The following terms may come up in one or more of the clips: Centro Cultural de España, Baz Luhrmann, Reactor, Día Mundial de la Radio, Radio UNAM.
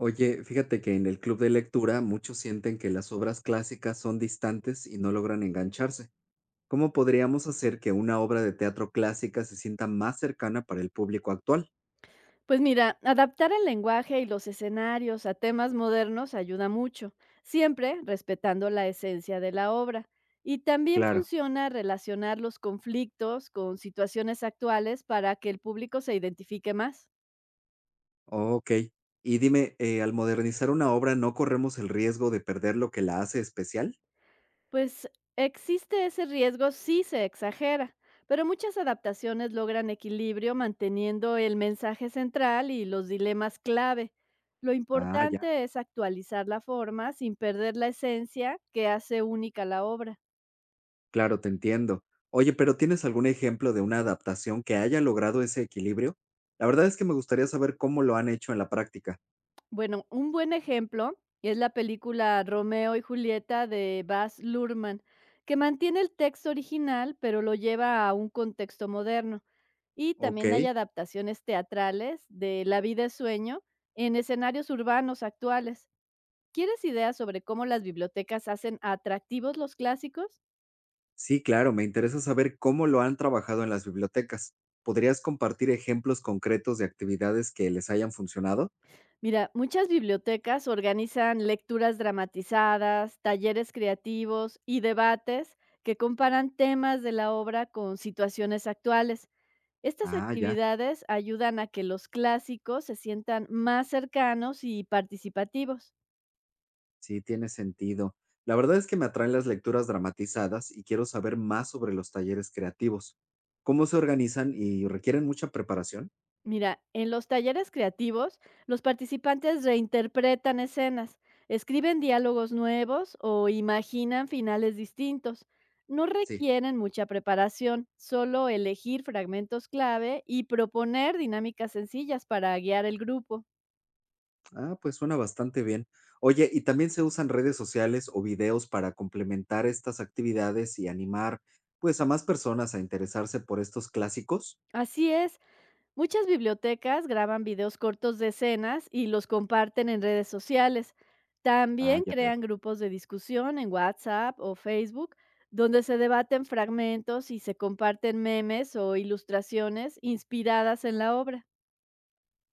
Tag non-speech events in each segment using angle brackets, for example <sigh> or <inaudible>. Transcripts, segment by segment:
Oye, fíjate que en el club de lectura muchos sienten que las obras clásicas son distantes y no logran engancharse. ¿Cómo podríamos hacer que una obra de teatro clásica se sienta más cercana para el público actual? Pues mira, adaptar el lenguaje y los escenarios a temas modernos ayuda mucho, siempre respetando la esencia de la obra. Y también Claro. funciona relacionar los conflictos con situaciones actuales para que el público se identifique más. Ok. Y dime, al modernizar una obra, ¿no corremos el riesgo de perder lo que la hace especial? Pues existe ese riesgo si se exagera, pero muchas adaptaciones logran equilibrio manteniendo el mensaje central y los dilemas clave. Lo Ah, ya. importante es actualizar la forma sin perder la esencia que hace única la obra. Claro, te entiendo. Oye, pero ¿tienes algún ejemplo de una adaptación que haya logrado ese equilibrio? La verdad es que me gustaría saber cómo lo han hecho en la práctica. Bueno, un buen ejemplo es la película Romeo y Julieta de Baz Luhrmann, que mantiene el texto original pero lo lleva a un contexto moderno. Y Ok. también hay adaptaciones teatrales de La vida es sueño en escenarios urbanos actuales. ¿Quieres ideas sobre cómo las bibliotecas hacen atractivos los clásicos? Sí, claro, me interesa saber cómo lo han trabajado en las bibliotecas. ¿Podrías compartir ejemplos concretos de actividades que les hayan funcionado? Mira, muchas bibliotecas organizan lecturas dramatizadas, talleres creativos y debates que comparan temas de la obra con situaciones actuales. Estas Ah, ya, actividades ayudan a que los clásicos se sientan más cercanos y participativos. sí, tiene sentido. La verdad es que me atraen las lecturas dramatizadas y quiero saber más sobre los talleres creativos. ¿Cómo se organizan y requieren mucha preparación? Mira, en los talleres creativos, los participantes reinterpretan escenas, escriben diálogos nuevos o imaginan finales distintos. No Sí. requieren mucha preparación, solo elegir fragmentos clave y proponer dinámicas sencillas para guiar el grupo. Ah, pues suena bastante bien. Oye, ¿y también se usan redes sociales o videos para complementar estas actividades y animar, pues, a más personas a interesarse por estos clásicos? Así es, muchas bibliotecas graban videos cortos de escenas y los comparten en redes sociales. Ah, También ya veo. crean grupos de discusión en WhatsApp o Facebook, donde se debaten fragmentos y se comparten memes o ilustraciones inspiradas en la obra.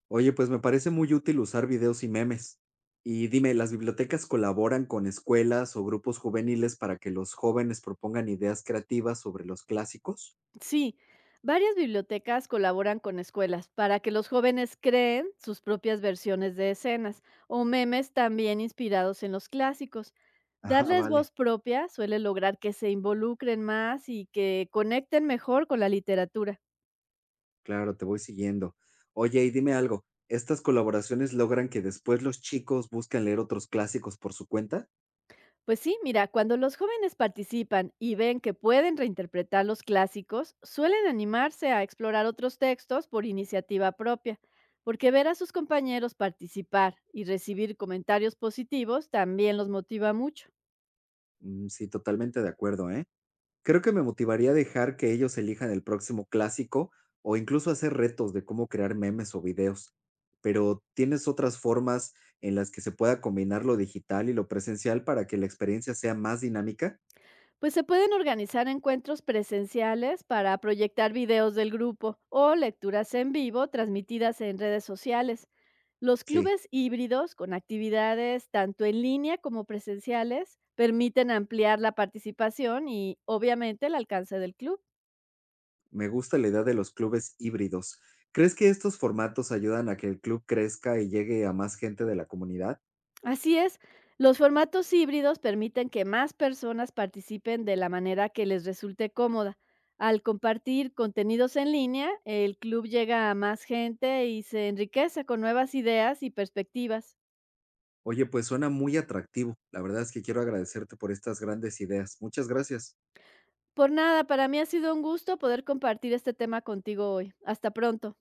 Oye, pues me parece muy útil usar videos y memes. Y dime, ¿las bibliotecas colaboran con escuelas o grupos juveniles para que los jóvenes propongan ideas creativas sobre los clásicos? Sí, varias bibliotecas colaboran con escuelas para que los jóvenes creen sus propias versiones de escenas o memes también inspirados en los clásicos. <laughs> Ah, Darles vale, voz propia suele lograr que se involucren más y que conecten mejor con la literatura. claro, te voy siguiendo. Oye, y dime algo, ¿estas colaboraciones logran que después los chicos busquen leer otros clásicos por su cuenta? Pues sí, mira, cuando los jóvenes participan y ven que pueden reinterpretar los clásicos, suelen animarse a explorar otros textos por iniciativa propia, porque ver a sus compañeros participar y recibir comentarios positivos también los motiva mucho. Mm, sí, totalmente de acuerdo, ¿eh? Creo que me motivaría a dejar que ellos elijan el próximo clásico o incluso hacer retos de cómo crear memes o videos. Pero ¿tienes otras formas en las que se pueda combinar lo digital y lo presencial para que la experiencia sea más dinámica? Pues se pueden organizar encuentros presenciales para proyectar videos del grupo o lecturas en vivo transmitidas en redes sociales. Los Sí, clubes híbridos, con actividades tanto en línea como presenciales, permiten ampliar la participación y obviamente el alcance del club. me gusta la idea de los clubes híbridos. ¿Crees que estos formatos ayudan a que el club crezca y llegue a más gente de la comunidad? Así es, los formatos híbridos permiten que más personas participen de la manera que les resulte cómoda. Al compartir contenidos en línea, el club llega a más gente y se enriquece con nuevas ideas y perspectivas. Oye, pues suena muy atractivo. La verdad es que quiero agradecerte por estas grandes ideas. Muchas gracias. Por nada, para mí ha sido un gusto poder compartir este tema contigo hoy. Hasta pronto.